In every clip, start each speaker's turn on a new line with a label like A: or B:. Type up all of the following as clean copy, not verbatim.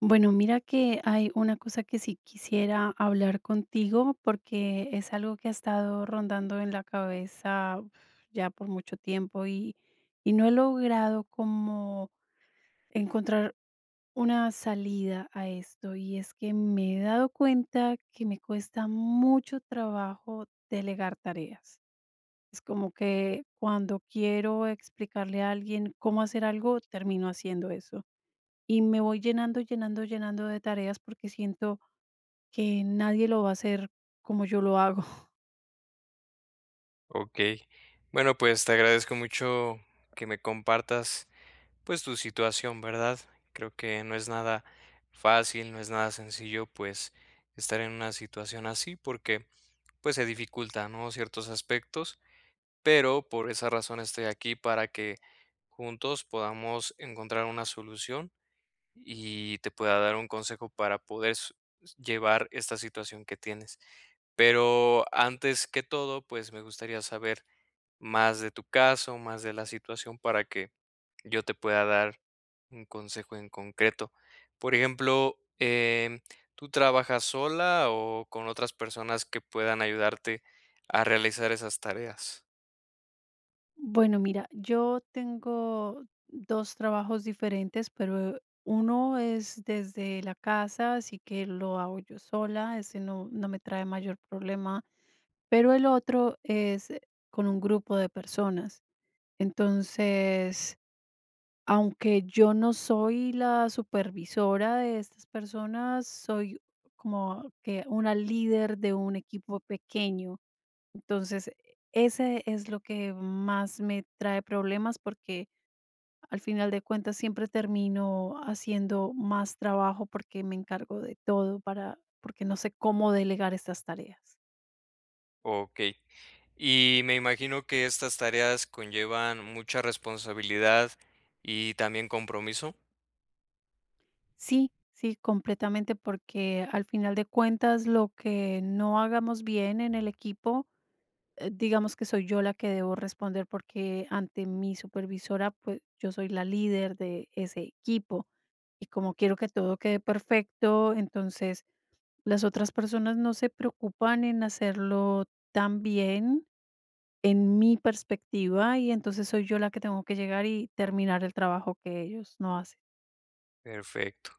A: Bueno, mira que hay una cosa que sí quisiera hablar contigo porque es algo que ha estado rondando en la cabeza ya por mucho tiempo y no he logrado como encontrar una salida a esto. Y es que me he dado cuenta que me cuesta mucho trabajo delegar tareas. Es como que cuando quiero explicarle a alguien cómo hacer algo, termino haciendo eso y me voy llenando de tareas porque siento que nadie lo va a hacer como yo lo hago.
B: Okey. Bueno, pues, te agradezco mucho que me compartas, pues, tu situación, ¿verdad? Creo que no es nada fácil, no es nada sencillo, pues, estar en una situación así porque, pues, se dificulta, ¿no?, ciertos aspectos, pero por esa razón estoy aquí para que juntos podamos encontrar una solución y te pueda dar un consejo para poder s llevar esta situación que tienes. Pero antes que todo, pues, me gustaría saber más de tu caso, más de la situación para que yo te pueda dar un consejo en concreto. Por ejemplo, ¿tú trabajas sola o con otras personas que puedan ayudarte a realizar esas tareas?
A: Bueno, mira, yo tengo 2 trabajos diferentes, pero uno es desde la casa, así que lo hago yo sola, ese no me trae mayor problema, pero el otro es con un grupo de personas. Entonces, aunque yo no soy la supervisora de estas personas, soy como que una líder de un equipo pequeño. Entonces, ese es lo que más me trae problemas porque al final de cuentas siempre termino haciendo más trabajo porque me encargo de todo para porque no sé cómo delegar estas tareas.
B: Ok. Y me imagino que estas tareas conllevan mucha responsabilidad y también compromiso.
A: Sí, sí, completamente porque al final de cuentas lo que no hagamos bien en el equipo, digamos que soy yo la que debo responder porque ante mi supervisora, pues yo soy la líder de ese equipo y como quiero que todo quede perfecto, entonces las otras personas no se preocupan en hacerlo tan bien en mi perspectiva y entonces soy yo la que tengo que llegar y terminar el trabajo que ellos no hacen.
B: Perfecto.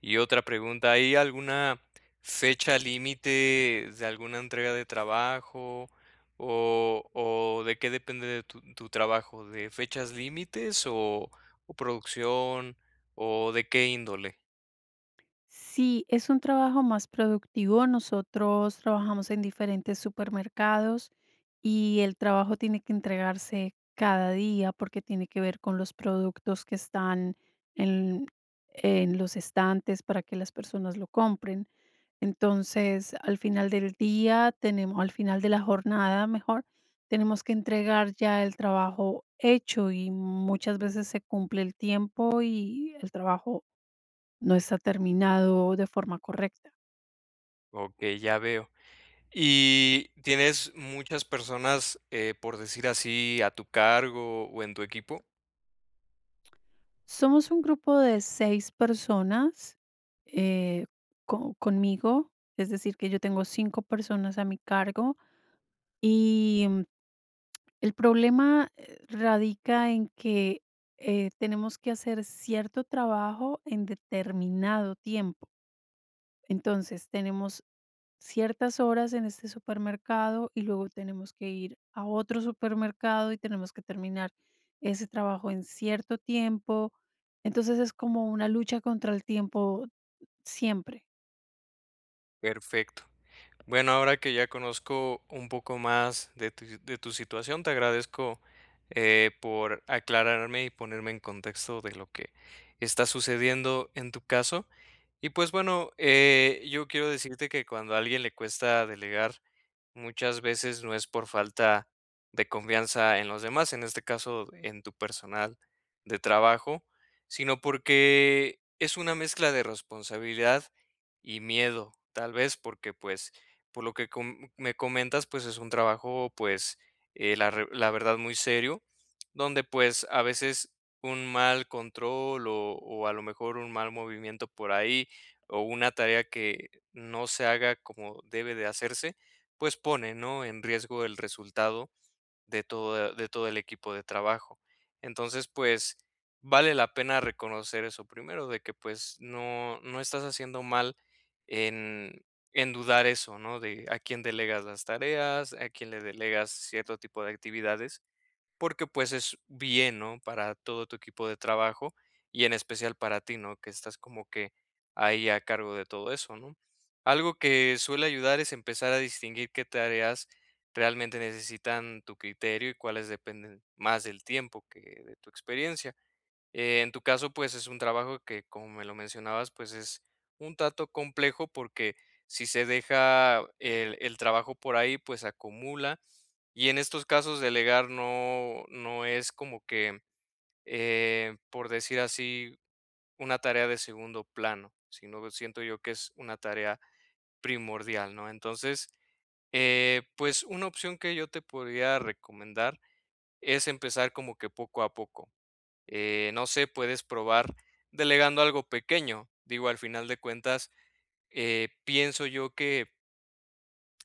B: Y otra pregunta, ¿hay alguna fecha límite de alguna entrega de trabajo o de qué depende de tu trabajo? ¿De fechas límites o producción o de qué índole?
A: Sí, es un trabajo más productivo. Nosotros trabajamos en diferentes supermercados y el trabajo tiene que entregarse cada día porque tiene que ver con los productos que están en, en los estantes para que las personas lo compren. Entonces, al final del día, tenemos, al final de la jornada, mejor, tenemos que entregar ya el trabajo hecho y muchas veces se cumple el tiempo y el trabajo no está terminado de forma correcta.
B: Ok, ya veo. ¿Y tienes muchas personas, por decir así, a tu cargo o en tu equipo?
A: Somos un grupo de 6 personas, eh, conmigo, es decir, que yo tengo 5 personas a mi cargo y, el problema radica en que tenemos que hacer cierto trabajo en determinado tiempo. Entonces, tenemos ciertas horas en este supermercado y luego tenemos que ir a otro supermercado y tenemos que terminar ese trabajo en cierto tiempo. Entonces es como una lucha contra el tiempo siempre.
B: Perfecto. Bueno, ahora que ya conozco un poco más de de tu situación, te agradezco por aclararme y ponerme en contexto de lo que está sucediendo en tu caso. Y pues bueno, yo quiero decirte que cuando a alguien le cuesta delegar, muchas veces no es por falta de confianza en los demás, en este caso en tu personal de trabajo, sino porque es una mezcla de responsabilidad y miedo, tal vez porque pues por lo que me comentas, pues es un trabajo pues la, la verdad muy serio, donde pues a veces un mal control o a lo mejor un mal movimiento por ahí o una tarea que no se haga como debe de hacerse, pues pone, ¿no? En riesgo el resultado de todo el equipo de trabajo. Entonces, pues vale la pena reconocer eso primero, de que pues no, no estás haciendo mal en, en dudar eso, ¿no? De a quién delegas las tareas, a quién le delegas cierto tipo de actividades porque pues es bien, ¿no? Para todo tu equipo de trabajo y en especial para ti, ¿no? Que estás como que ahí a cargo de todo eso, ¿no? Algo que suele ayudar es empezar a distinguir qué tareas realmente necesitan tu criterio y cuáles dependen más del tiempo que de tu experiencia. En tu caso, pues es un trabajo que, como me lo mencionabas, pues es un tanto complejo porque si se deja el trabajo por ahí, pues acumula y en estos casos delegar no es como que, por decir así, una tarea de segundo plano, sino siento yo que es una tarea primordial, ¿no? Entonces, pues, una opción que yo te podría recomendar es empezar como que poco a poco. No sé, puedes probar delegando algo pequeño. Digo, al final de cuentas, pienso yo que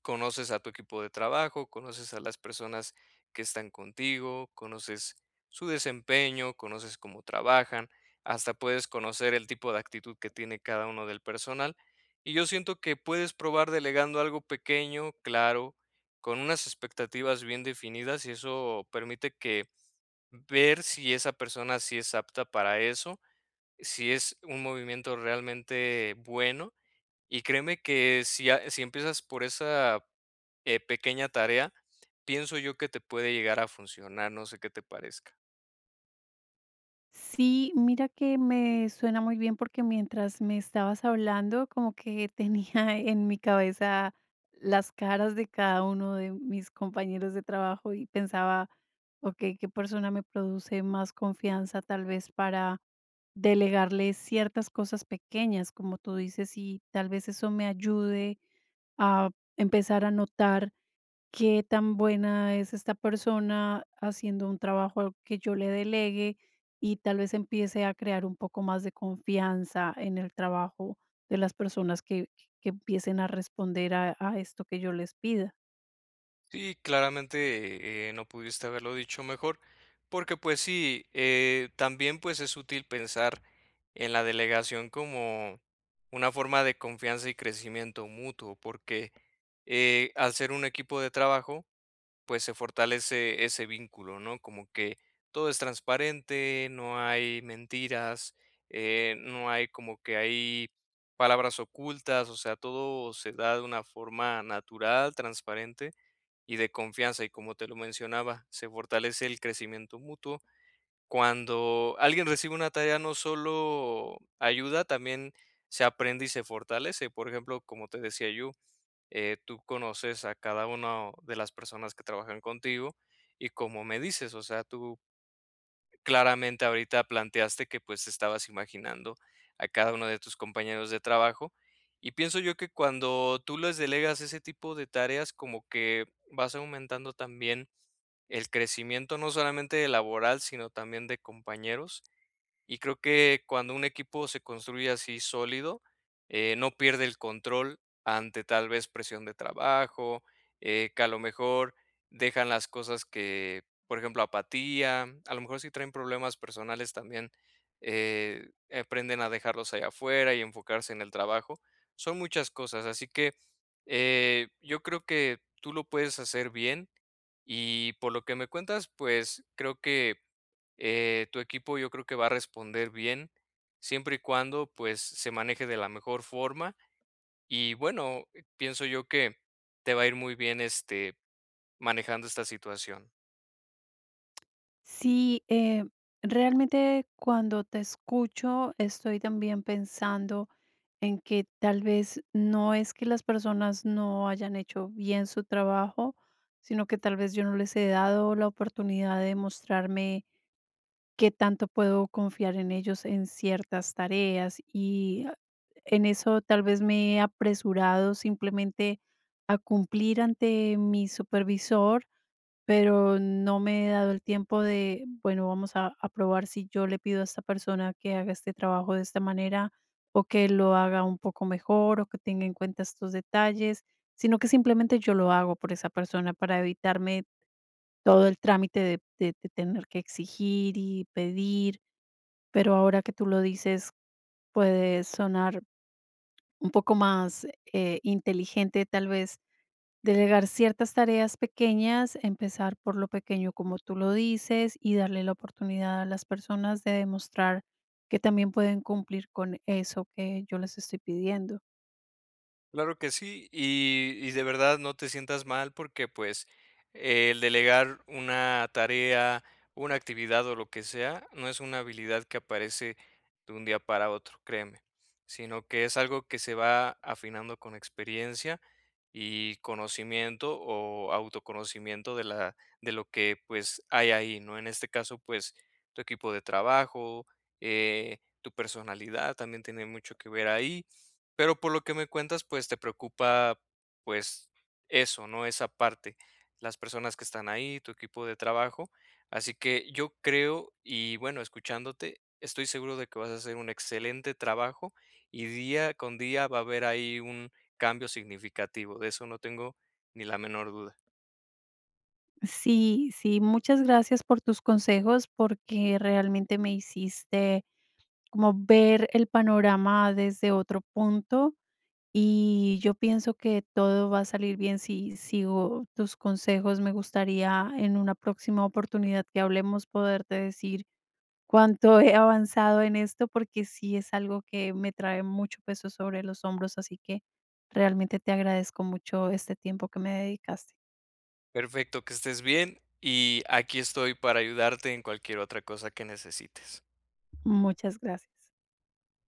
B: conoces a tu equipo de trabajo, conoces a las personas que están contigo, conoces su desempeño, conoces cómo trabajan, hasta puedes conocer el tipo de actitud que tiene cada uno del personal. Y yo siento que puedes probar delegando algo pequeño, claro, con unas expectativas bien definidas y eso permite que ver si esa persona sí es apta para eso, si es un movimiento realmente bueno. Y créeme que si, si empiezas por esa pequeña tarea, pienso yo que te puede llegar a funcionar, no sé qué te parezca.
A: Sí, mira que me suena muy bien porque mientras me estabas hablando, como que tenía en mi cabeza las caras de cada uno de mis compañeros de trabajo y pensaba, ok, ¿qué persona me produce más confianza tal vez para delegarle ciertas cosas pequeñas, como tú dices, y tal vez eso me ayude a empezar a notar qué tan buena es esta persona haciendo un trabajo que yo le delegue y tal vez empiece a crear un poco más de confianza en el trabajo de las personas que empiecen a responder a esto que yo les pida.
B: Sí, claramente, no pudiste haberlo dicho mejor, porque pues sí, también pues es útil pensar en la delegación como una forma de confianza y crecimiento mutuo, porque al ser un equipo de trabajo, pues se fortalece ese vínculo, ¿no? Como que todo es transparente, no hay mentiras, no hay como que hay palabras ocultas, o sea, todo se da de una forma natural, transparente y de confianza. Y como te lo mencionaba, se fortalece el crecimiento mutuo. Cuando alguien recibe una tarea, no solo ayuda, también se aprende y se fortalece. Por ejemplo, como te decía yo, tú conoces a cada una de las personas que trabajan contigo y como me dices, o sea, tú claramente ahorita planteaste que pues te estabas imaginando a cada uno de tus compañeros de trabajo y pienso yo que cuando tú les delegas ese tipo de tareas como que vas aumentando también el crecimiento no solamente de laboral, sino también de compañeros y creo que cuando un equipo se construye así sólido, no pierde el control ante tal vez presión de trabajo, que a lo mejor dejan las cosas que, por ejemplo, apatía, a lo mejor si traen problemas personales también aprenden a dejarlos allá afuera y enfocarse en el trabajo. Son muchas cosas, así que yo creo que tú lo puedes hacer bien y por lo que me cuentas, pues creo que tu equipo yo creo que va a responder bien, siempre y cuando pues se maneje de la mejor forma. Y bueno, pienso yo que te va a ir muy bien este manejando esta situación.
A: Sí, realmente cuando te escucho estoy también pensando en que tal vez no es que las personas no hayan hecho bien su trabajo, sino que tal vez yo no les he dado la oportunidad de mostrarme qué tanto puedo confiar en ellos en ciertas tareas y ah, en eso tal vez me he apresurado simplemente a cumplir ante mi supervisor, pero no me he dado el tiempo de, bueno, vamos a probar si yo le pido a esta persona que haga este trabajo de esta manera o que lo haga un poco mejor o que tenga en cuenta estos detalles, sino que simplemente yo lo hago por esa persona para evitarme todo el trámite de tener que exigir y pedir, pero ahora que tú lo dices, puede sonar un poco más, inteligente, tal vez, delegar ciertas tareas pequeñas, empezar por lo pequeño, como tú lo dices, y darle la oportunidad a las personas de demostrar que también pueden cumplir con eso que yo les estoy pidiendo.
B: Claro que sí, y de verdad no te sientas mal porque, pues, el delegar una tarea, una actividad o lo que sea, no es una habilidad que aparece de un día para otro, créeme, sino que es algo que se va afinando con experiencia y conocimiento o autoconocimiento de la de lo que, pues, hay ahí, ¿no? En este caso, pues, tu equipo de trabajo, tu personalidad también tiene mucho que ver ahí. Pero por lo que me cuentas, pues, te preocupa, pues, eso, ¿no? Esa parte, las personas que están ahí, tu equipo de trabajo. Así que yo creo, y bueno, escuchándote, estoy seguro de que vas a hacer un excelente trabajo y día con día va a haber ahí un cambio significativo. De eso no tengo ni la menor duda.
A: Sí, sí, muchas gracias por tus consejos, porque realmente me hiciste como ver el panorama desde otro punto y yo pienso que todo va a salir bien si sigo tus consejos. Me gustaría en una próxima oportunidad que hablemos poderte decir cuánto he avanzado en esto porque sí es algo que me trae mucho peso sobre los hombros, así que realmente te agradezco mucho este tiempo que me dedicaste.
B: Perfecto, que estés bien y aquí estoy para ayudarte en cualquier otra cosa que necesites.
A: Muchas gracias.